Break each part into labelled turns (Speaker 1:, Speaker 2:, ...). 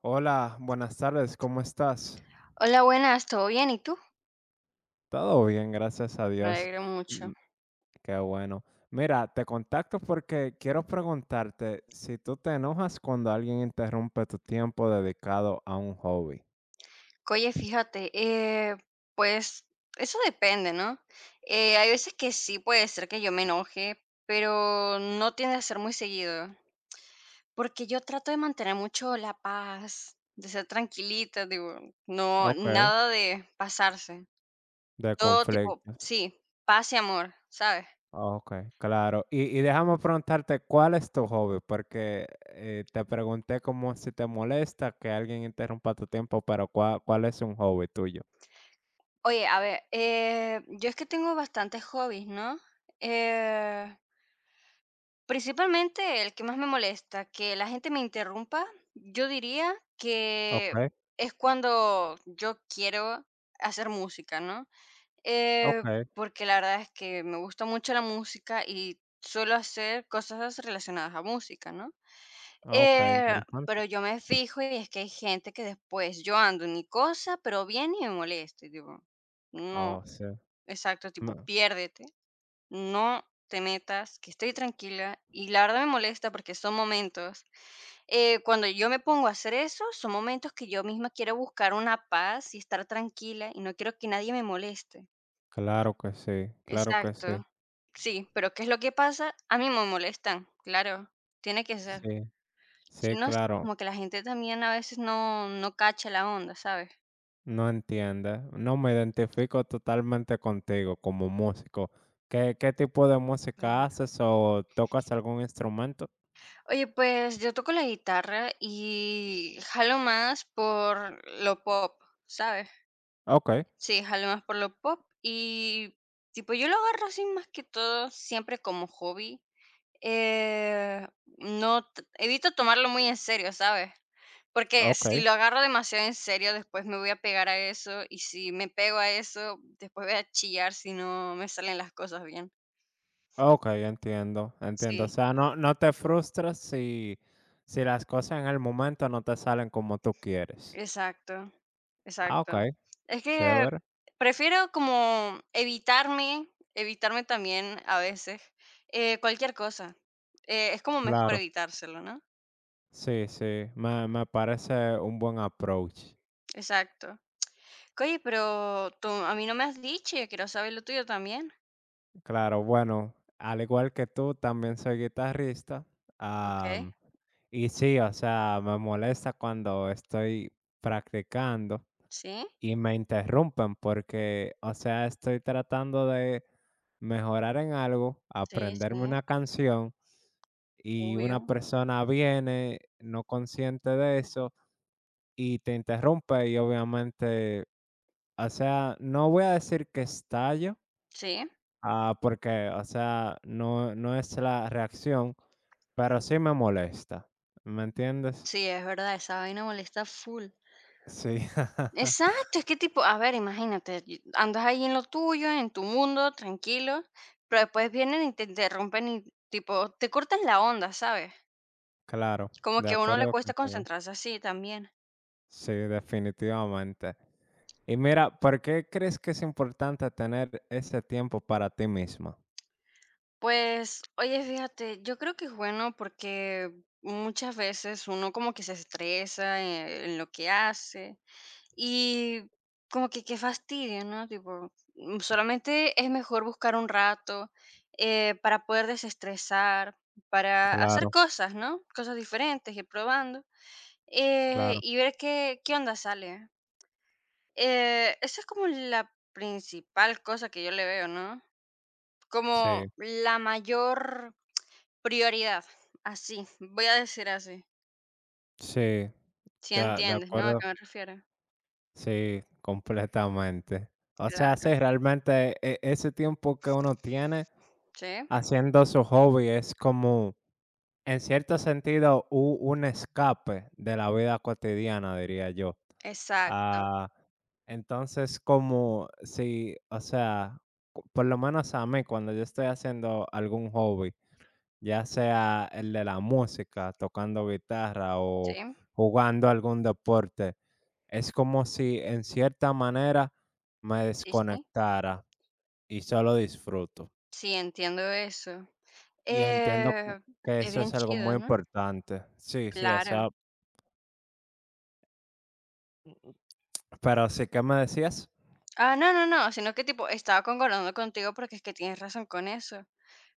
Speaker 1: Hola, buenas tardes, ¿cómo estás?
Speaker 2: Hola, buenas, ¿todo bien? ¿Y tú?
Speaker 1: Todo bien, gracias a
Speaker 2: Me
Speaker 1: Dios.
Speaker 2: alegro
Speaker 1: Mm.
Speaker 2: mucho.
Speaker 1: Qué bueno. Mira, te contacto porque quiero preguntarte si tú te enojas cuando alguien interrumpe tu tiempo dedicado a un hobby.
Speaker 2: Oye, fíjate, pues eso depende, ¿no? Hay veces que sí puede ser que yo me enoje, pero no tiende a ser muy seguido, porque yo trato de mantener mucho la paz, de ser tranquilita, digo, no,
Speaker 1: Ok,
Speaker 2: nada de pasarse.
Speaker 1: de
Speaker 2: Todo tipo,
Speaker 1: conflictos.
Speaker 2: sí, paz y amor, ¿sabes?
Speaker 1: Ok, claro. Y déjame preguntarte cuál es tu hobby, porque te pregunté como si te molesta que alguien interrumpa tu tiempo, pero ¿cuál es un hobby tuyo?
Speaker 2: Oye, a ver, yo es que tengo bastantes hobbies, ¿no? Eh, Principalmente el que más me molesta, que la gente me interrumpa, yo diría
Speaker 1: Ok,
Speaker 2: que es cuando yo quiero hacer música, ¿no?
Speaker 1: ok,
Speaker 2: Eh, Porque la verdad es que me gusta mucho la música y suelo hacer cosas relacionadas a música, ¿no?
Speaker 1: ok, interesante.
Speaker 2: Pero yo me fijo y es que hay gente que después yo ando en mi cosa, pero viene y me molesta. Y digo, no,
Speaker 1: Oh, sí.
Speaker 2: exacto, tipo,
Speaker 1: No,
Speaker 2: piérdete. No te metas, que estoy tranquila. Y la verdad me molesta porque son momentos, cuando yo me pongo a hacer eso, son momentos que yo misma quiero buscar una paz y estar tranquila y no quiero que nadie me moleste.
Speaker 1: claro que sí, claro que sí.
Speaker 2: Exacto. Sí, pero ¿qué es lo que pasa? A mí me molestan, claro, tiene que ser.
Speaker 1: Sí,
Speaker 2: Si
Speaker 1: sí,
Speaker 2: no, sí,
Speaker 1: claro.
Speaker 2: como que la gente también a veces no cacha la onda, ¿sabes?
Speaker 1: No entiendes. No me identifico totalmente contigo como músico. ¿Qué tipo de música
Speaker 2: Ujú.
Speaker 1: haces o tocas algún instrumento?
Speaker 2: Oye, pues yo toco la guitarra y jalo más por lo pop, ¿sabes?
Speaker 1: Ok,
Speaker 2: Sí, jalo más por lo pop y, tipo, yo lo agarro así más que todo siempre como hobby. Eh, no, evito tomarlo muy en serio, ¿sabes? Porque
Speaker 1: ok,
Speaker 2: si lo agarro demasiado en serio, después me voy a pegar a eso y si me pego a eso, después voy a chillar si no me salen las cosas bien.
Speaker 1: ok, entiendo, entiendo. O
Speaker 2: Sí.
Speaker 1: sea, no te frustras si, si las cosas en el momento no te salen como tú quieres.
Speaker 2: Exacto,
Speaker 1: Ah, ok,
Speaker 2: exacto. Es que
Speaker 1: chévere.
Speaker 2: prefiero como evitarme, evitarme también a veces, cualquier cosa. Es como mejor
Speaker 1: Claro.
Speaker 2: evitárselo, ¿no?
Speaker 1: Sí, sí, me parece un buen approach.
Speaker 2: Exacto. Oye, pero tú a mí no me has dicho, yo quiero saber lo tuyo también.
Speaker 1: Claro, bueno, al igual que tú, también soy guitarrista.
Speaker 2: Ok,
Speaker 1: am, y sí, o sea, me molesta cuando estoy practicando
Speaker 2: sí,
Speaker 1: y me interrumpen porque, o sea, estoy tratando de mejorar en algo,
Speaker 2: sí,
Speaker 1: aprenderme
Speaker 2: sí,
Speaker 1: una canción y una
Speaker 2: obvio.
Speaker 1: persona viene no consciente de eso y te interrumpe y obviamente, o sea, no voy a decir que estallo.
Speaker 2: Sí,
Speaker 1: Porque, o sea, no es la reacción, pero sí me molesta, ¿me entiendes?
Speaker 2: sí, es verdad, esa vaina molesta full.
Speaker 1: Sí,
Speaker 2: Exacto, es que tipo, a ver, imagínate, andas ahí en lo tuyo, en tu mundo, tranquilo, pero después vienen y te interrumpen y tipo, te cortan la onda, ¿sabes?
Speaker 1: claro,
Speaker 2: Como
Speaker 1: de
Speaker 2: que a uno le
Speaker 1: acuerdo
Speaker 2: cuesta
Speaker 1: contigo.
Speaker 2: concentrarse así también.
Speaker 1: Sí, definitivamente. Y mira, ¿por qué crees que es importante tener ese tiempo para ti misma?
Speaker 2: Pues, oye, fíjate, yo creo que es bueno porque muchas veces uno como que se estresa en lo que hace. Y como que qué fastidio, ¿no? Tipo, solamente es mejor buscar un rato, para poder desestresar, para hacer
Speaker 1: Claro,
Speaker 2: cosas, ¿no? Cosas diferentes, ir probando,
Speaker 1: claro.
Speaker 2: y ver qué, qué onda sale. Esa es como la principal cosa que yo le veo, ¿no? Como
Speaker 1: Sí,
Speaker 2: la mayor prioridad, así, voy a decir así,
Speaker 1: sí, de
Speaker 2: si
Speaker 1: de
Speaker 2: entiendes, ¿no? ¿A qué
Speaker 1: acuerdo.
Speaker 2: me refiero?
Speaker 1: Sí, completamente. O sea,
Speaker 2: Claro,
Speaker 1: sí, realmente ese tiempo que uno tiene
Speaker 2: sí,
Speaker 1: haciendo su hobby es como en cierto sentido, u un escape de la vida cotidiana, diría yo.
Speaker 2: exacto,
Speaker 1: Ah, entonces, como si, o sea, por lo menos a mí, cuando yo estoy haciendo algún hobby, ya sea el de la música, tocando guitarra
Speaker 2: sí,
Speaker 1: o jugando algún deporte, es como si en cierta manera me
Speaker 2: sí, sí.
Speaker 1: desconectara y solo disfruto.
Speaker 2: Sí, entiendo eso.
Speaker 1: Y entiendo que
Speaker 2: Eh, es
Speaker 1: eso
Speaker 2: bien
Speaker 1: es algo muy
Speaker 2: chido, ¿no?
Speaker 1: importante. Sí, sí, o
Speaker 2: Claro.
Speaker 1: sea, mm, pero sí, ¿qué me decías?
Speaker 2: Ah, no, no, no, sino que tipo, estaba concordando contigo porque es que tienes razón con eso,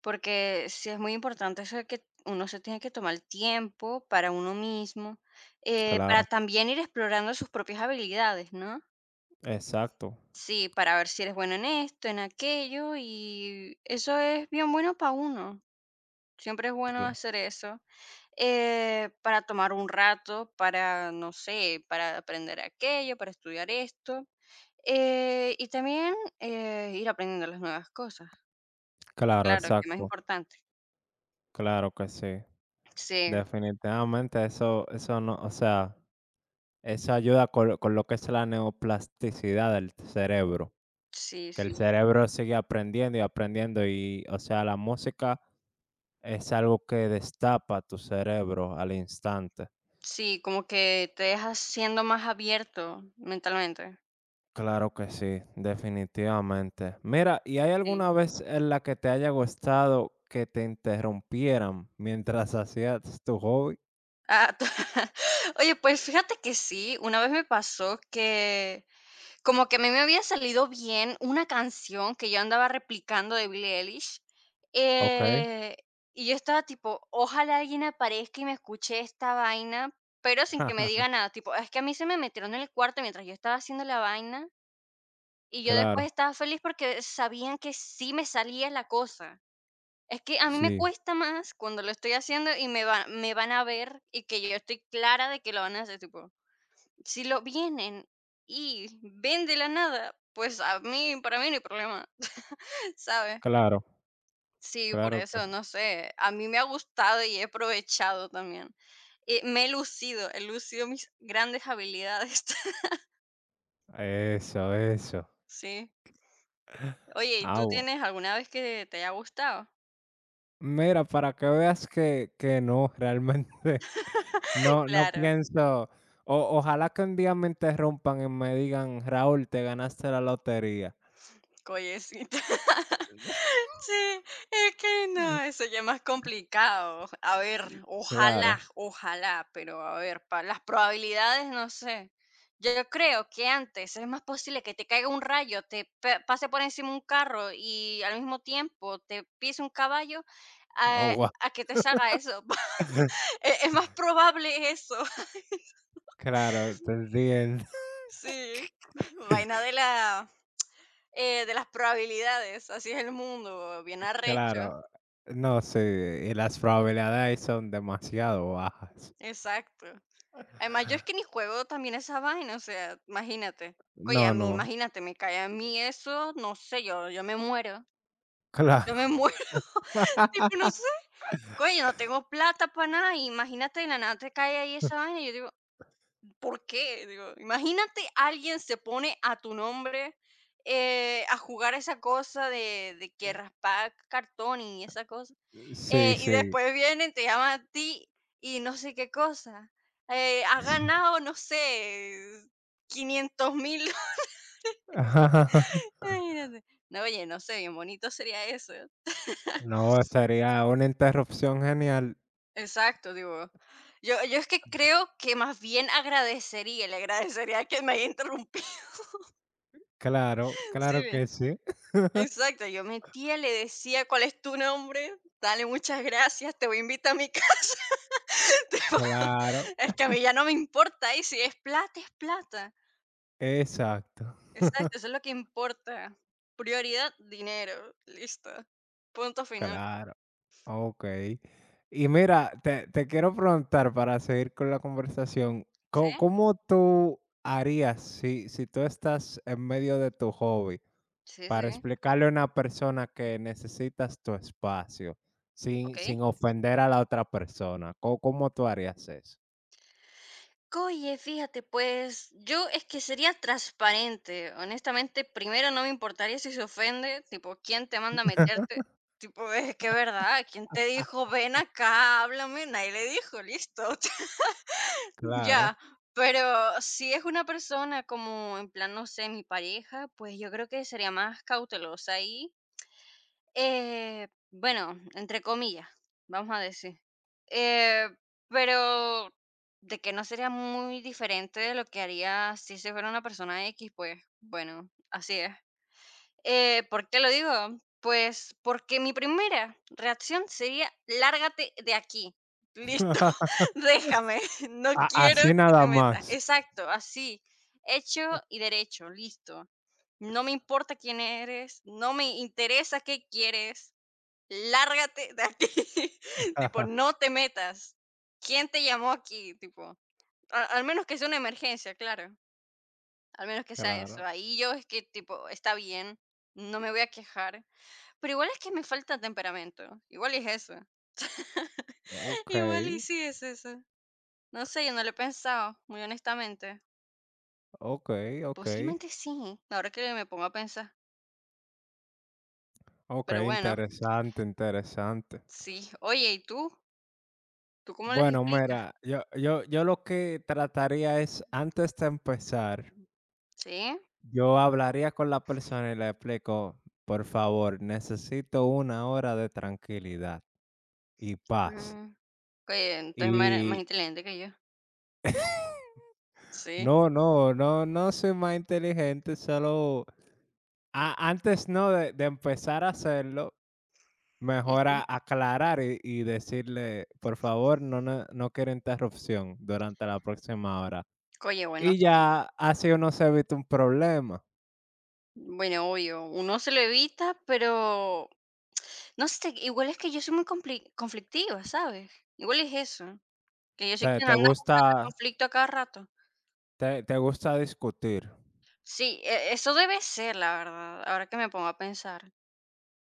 Speaker 2: porque sí es muy importante eso de que uno se tiene que tomar el tiempo para uno mismo,
Speaker 1: Claro,
Speaker 2: para también ir explorando sus propias habilidades, ¿no?
Speaker 1: exacto.
Speaker 2: Sí, para ver si eres bueno en esto, en aquello, y eso es bien bueno para uno. Siempre es bueno
Speaker 1: Cl-
Speaker 2: hacer eso, para tomar un rato, para, no sé, para aprender aquello, para estudiar esto, y también, ir aprendiendo las nuevas cosas.
Speaker 1: Claro,
Speaker 2: Claro, que más
Speaker 1: exacto.
Speaker 2: importante.
Speaker 1: Claro que sí.
Speaker 2: Sí,
Speaker 1: Definitivamente eso, eso no, o sea, eso ayuda con lo que es la neoplasticidad del cerebro,
Speaker 2: sí,
Speaker 1: que el
Speaker 2: sí.
Speaker 1: cerebro sigue aprendiendo y aprendiendo y, o sea, la música es algo que destapa tu cerebro al instante.
Speaker 2: Sí, como que te dejas siendo más abierto mentalmente.
Speaker 1: Claro que sí, definitivamente. Mira, ¿y hay
Speaker 2: Sí.
Speaker 1: alguna vez en la que te haya gustado que te interrumpieran mientras hacías tu hobby?
Speaker 2: Ah, oye, pues fíjate que sí, una vez me pasó que como que a mí me había salido bien una canción que yo andaba replicando de Billie Eilish,
Speaker 1: Okey.
Speaker 2: eh, y yo estaba tipo: "Ojalá alguien aparezca y me escuche esta vaina", pero sin que me diga nada, tipo, es que a mí se me metieron en el cuarto mientras yo estaba haciendo la vaina, y yo después
Speaker 1: Claro,
Speaker 2: estaba feliz porque sabían que sí me salía la cosa. Es que a mí me
Speaker 1: sí,
Speaker 2: cuesta más cuando lo estoy haciendo y me van a ver y que yo estoy clara de que lo van a hacer, tipo si lo vienen y ven de la nada, pues a mí para mí no hay problema, ¿sabes?
Speaker 1: claro,
Speaker 2: Sí, por
Speaker 1: claro que
Speaker 2: eso,
Speaker 1: sí.
Speaker 2: no sé, a mí me ha gustado y he aprovechado también. Me he lucido mis grandes habilidades.
Speaker 1: Eso, eso.
Speaker 2: Sí. Oye, ¿y
Speaker 1: Ah,
Speaker 2: tú
Speaker 1: bu
Speaker 2: tienes alguna vez que te haya gustado?
Speaker 1: mira, para que veas que no, realmente no
Speaker 2: Claro.
Speaker 1: pienso o ojalá que un día me interrumpan y me digan: "Raúl, te ganaste la lotería".
Speaker 2: Collecita. Sí, es que no, eso ya es más complicado. A ver, ojalá,
Speaker 1: Claro.
Speaker 2: ojalá, pero a ver, para las probabilidades, no sé. Yo creo que antes es más posible que te caiga un rayo, te pase por encima un carro y al mismo tiempo te pise un caballo
Speaker 1: Oh,
Speaker 2: a,
Speaker 1: guau.
Speaker 2: a que te salga eso. Es más probable eso.
Speaker 1: Claro, te entiendo.
Speaker 2: Sí, vaina de la de las probabilidades, así es el mundo, bien arrecho.
Speaker 1: Claro. No, sé. Y las probabilidades son demasiado bajas.
Speaker 2: Exacto. Además, yo es que ni juego también esa vaina, o sea, imagínate. Oye,
Speaker 1: No,
Speaker 2: a mí,
Speaker 1: no,
Speaker 2: imagínate, me cae a mí eso, no sé, yo me muero. Yo me
Speaker 1: claro.
Speaker 2: muero. Tipo, no sé. Coño, no tengo plata para nada. Y imagínate, de la nada te cae ahí esa vaina. Y yo digo, ¿por qué? Digo, imagínate, alguien se pone a tu nombre, a jugar esa cosa de que raspar cartón y esa cosa.
Speaker 1: Sí,
Speaker 2: Y
Speaker 1: sí.
Speaker 2: después vienen, te llaman a ti y no sé qué cosa. Has
Speaker 1: S
Speaker 2: ganado, no sé, 500.000. Imagínate. No, oye, no sé, bien bonito sería eso, ¿eh?
Speaker 1: No, sería una interrupción genial.
Speaker 2: Exacto, digo. Yo es que creo que más bien agradecería, le agradecería que me haya interrumpido.
Speaker 1: Claro, claro
Speaker 2: Sí,
Speaker 1: que sí.
Speaker 2: exacto. Yo metía, le decía: "¿Cuál es tu nombre? Dale, muchas gracias, te voy a invitar a mi casa". Tipo,
Speaker 1: Claro,
Speaker 2: es que a mí ya no me importa y si es plata, es plata.
Speaker 1: exacto.
Speaker 2: Exacto, eso es lo que importa. Prioridad, dinero, listo. Punto final.
Speaker 1: Claro. Okey. Y mira, te quiero preguntar para seguir con la conversación,
Speaker 2: ¿Sí?
Speaker 1: ¿cómo tú harías si tú estás en medio de tu hobby,
Speaker 2: Sí,
Speaker 1: para
Speaker 2: sí.
Speaker 1: explicarle a una persona que necesitas tu espacio, sin
Speaker 2: Okey.
Speaker 1: sin ofender a la otra persona? ¿Cómo tú harías eso?
Speaker 2: Oye, fíjate, pues, yo es que sería transparente. Honestamente, primero no me importaría si se ofende, tipo, ¿quién te manda a meterte? Tipo, es que es verdad, ¿quién te dijo: "Ven acá, háblame"? Nadie le dijo, listo.
Speaker 1: Claro.
Speaker 2: Ya. Pero si es una persona como en plan, no sé, mi pareja, pues yo creo que sería más cautelosa ahí. Bueno, entre comillas, vamos a decir. Eh, pero de que no sería muy diferente de lo que haría si se fuera una persona X, pues bueno, así es. ¿Por qué lo digo? Pues porque mi primera reacción sería, lárgate de aquí. Listo, déjame, no
Speaker 1: A
Speaker 2: quiero
Speaker 1: así
Speaker 2: que
Speaker 1: nada
Speaker 2: te metas.
Speaker 1: más.
Speaker 2: Exacto, así, hecho y derecho, listo. No me importa quién eres, no me interesa qué quieres, lárgate de aquí, tipo, no te metas. ¿Quién te llamó aquí? Tipo, a al menos que sea una emergencia, claro, al menos que sea eso.
Speaker 1: Claro.
Speaker 2: Ahí yo es que, tipo, está bien, no me voy a quejar, pero igual es que me falta temperamento, igual es eso. Igual y
Speaker 1: Okey,
Speaker 2: sí es eso. No sé, yo no lo he pensado, muy honestamente.
Speaker 1: okey, okey.
Speaker 2: Posiblemente sí, ahora que me pongo a pensar. Pero
Speaker 1: Okey,
Speaker 2: bueno,
Speaker 1: interesante, interesante.
Speaker 2: sí. Oye, ¿y tú? ¿Tú cómo les
Speaker 1: Bueno,
Speaker 2: explicas?
Speaker 1: mira, yo lo que trataría es, antes de empezar,
Speaker 2: ¿Sí?
Speaker 1: yo hablaría con la persona y le explico: "Por favor, necesito una hora de tranquilidad y paz".
Speaker 2: Mm, oye, entonces más, más
Speaker 1: Y
Speaker 2: inteligente que yo. Sí,
Speaker 1: no, no, no, no soy más inteligente, solo a antes no de empezar a hacerlo,
Speaker 2: sí,
Speaker 1: mejor a
Speaker 2: sí.
Speaker 1: aclarar y decirle: "Por favor, no quiero interrupción durante la próxima hora".
Speaker 2: Oye, bueno,
Speaker 1: Y
Speaker 2: sí.
Speaker 1: ya así uno se evita un problema.
Speaker 2: Bueno, obvio, uno se lo evita, pero no sé, igual es que yo soy muy conflictiva, ¿sabes? Igual es eso, que yo soy
Speaker 1: Te
Speaker 2: quien
Speaker 1: te
Speaker 2: anda
Speaker 1: gusta
Speaker 2: buscando el conflicto a cada rato.
Speaker 1: te gusta discutir,
Speaker 2: Sí, eso debe ser, la verdad, ahora que me pongo a pensar.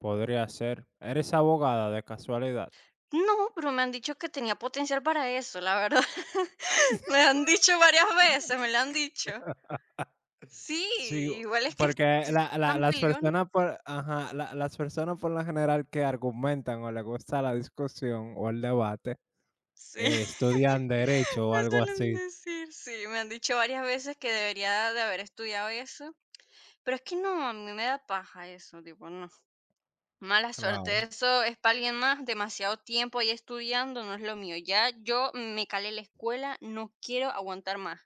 Speaker 1: podría ser. ¿Eres abogada de casualidad?
Speaker 2: No, pero me han dicho que tenía potencial para eso, la verdad. Me han dicho varias veces, me lo han dicho. Sí,
Speaker 1: Sí,
Speaker 2: igual es que
Speaker 1: porque
Speaker 2: soy
Speaker 1: la
Speaker 2: tan
Speaker 1: las
Speaker 2: peleón.
Speaker 1: personas por ajá, la las personas por lo general que argumentan o les gusta la discusión o el debate,
Speaker 2: Sí.
Speaker 1: estudian derecho o
Speaker 2: Me
Speaker 1: algo
Speaker 2: suelen
Speaker 1: así.
Speaker 2: decir, sí, me han dicho varias veces que debería de haber estudiado eso, pero es que no, a mí me da paja eso, tipo, no, mala suerte,
Speaker 1: Claro,
Speaker 2: eso es para alguien más, demasiado tiempo ahí estudiando, no es lo mío, ya yo me calé la escuela, no quiero aguantar más.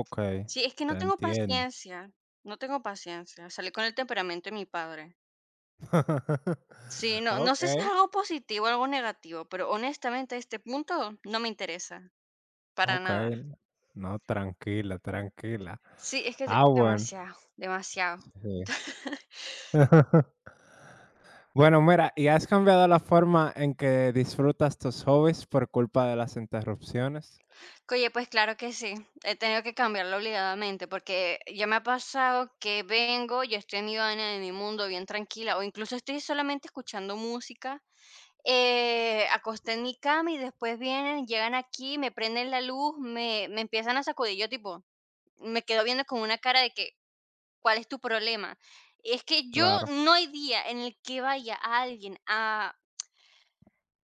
Speaker 1: okey,
Speaker 2: Sí, es que
Speaker 1: te
Speaker 2: no tengo
Speaker 1: entiendo.
Speaker 2: paciencia, no tengo paciencia, salí con el temperamento de mi padre. Sí, no, no sé si es
Speaker 1: Okey,
Speaker 2: algo positivo o algo negativo, pero honestamente a este punto no me interesa, para
Speaker 1: okey,
Speaker 2: nada.
Speaker 1: no, tranquila, tranquila.
Speaker 2: Sí, es que es
Speaker 1: Ah, bueno,
Speaker 2: demasiado, demasiado.
Speaker 1: sí. Bueno, mira, ¿y has cambiado la forma en que disfrutas tus hobbies por culpa de las interrupciones?
Speaker 2: Oye, pues claro que sí, he tenido que cambiarlo obligadamente, porque ya me ha pasado que vengo, yo estoy en mi vaina, en mi mundo, bien tranquila, o incluso estoy solamente escuchando música, acosté en mi cama y después vienen, llegan aquí, me prenden la luz, me empiezan a sacudir, yo tipo, me quedo viendo con una cara de que, ¿cuál es tu problema? Es que yo
Speaker 1: Claro,
Speaker 2: no hay día en el que vaya a alguien a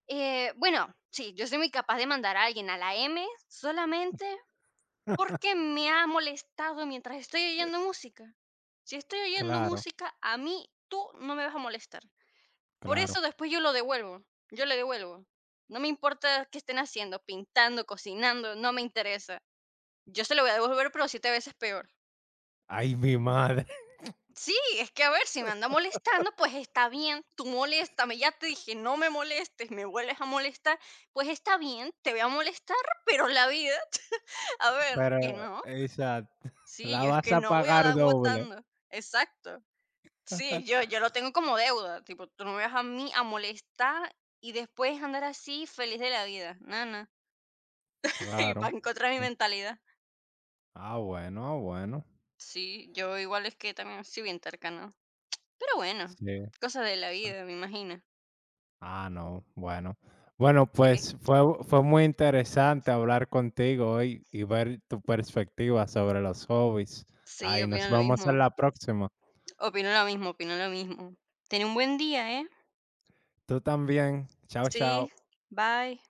Speaker 2: bueno, sí, yo soy muy capaz de mandar a alguien a la M solamente porque me ha molestado mientras estoy oyendo música. Si estoy oyendo
Speaker 1: claro,
Speaker 2: música, a mí tú no me vas a molestar. Por
Speaker 1: claro.
Speaker 2: eso después yo lo devuelvo, yo le devuelvo. No me importa qué estén haciendo, pintando, cocinando, no me interesa. Yo se lo voy a devolver, pero siete veces peor.
Speaker 1: Ay, mi madre.
Speaker 2: Sí, es que a ver, si me anda molestando, pues está bien, tú moléstame, ya te dije, no me molestes, me vuelves a molestar, pues está bien, te voy a molestar, pero la vida, a ver,
Speaker 1: Pero,
Speaker 2: que no.
Speaker 1: exacto,
Speaker 2: Sí,
Speaker 1: la
Speaker 2: yo es
Speaker 1: vas
Speaker 2: que
Speaker 1: a
Speaker 2: no voy a andar
Speaker 1: pagar doble.
Speaker 2: aguantando. Exacto. Sí, yo lo tengo como deuda. Tipo, tú no me vas a mí a molestar y después andar así feliz de la vida. Nana. Y va
Speaker 1: Claro.
Speaker 2: en contra de mi mentalidad.
Speaker 1: Ah, bueno, ah, bueno.
Speaker 2: Sí, yo igual es que también soy bien terca, ¿no? Pero bueno,
Speaker 1: Sí.
Speaker 2: cosas de la vida, me imagino.
Speaker 1: Ah, no, bueno. Bueno,
Speaker 2: Sí,
Speaker 1: pues fue fue muy interesante hablar contigo hoy y ver tu perspectiva sobre los hobbies.
Speaker 2: sí,
Speaker 1: Ay, nos
Speaker 2: opino lo
Speaker 1: vemos en
Speaker 2: mismo.
Speaker 1: la próxima.
Speaker 2: Opino lo mismo, opino lo mismo. Ten un buen día, ¿eh?
Speaker 1: Tú también. Chao, chao.
Speaker 2: Sí, bye.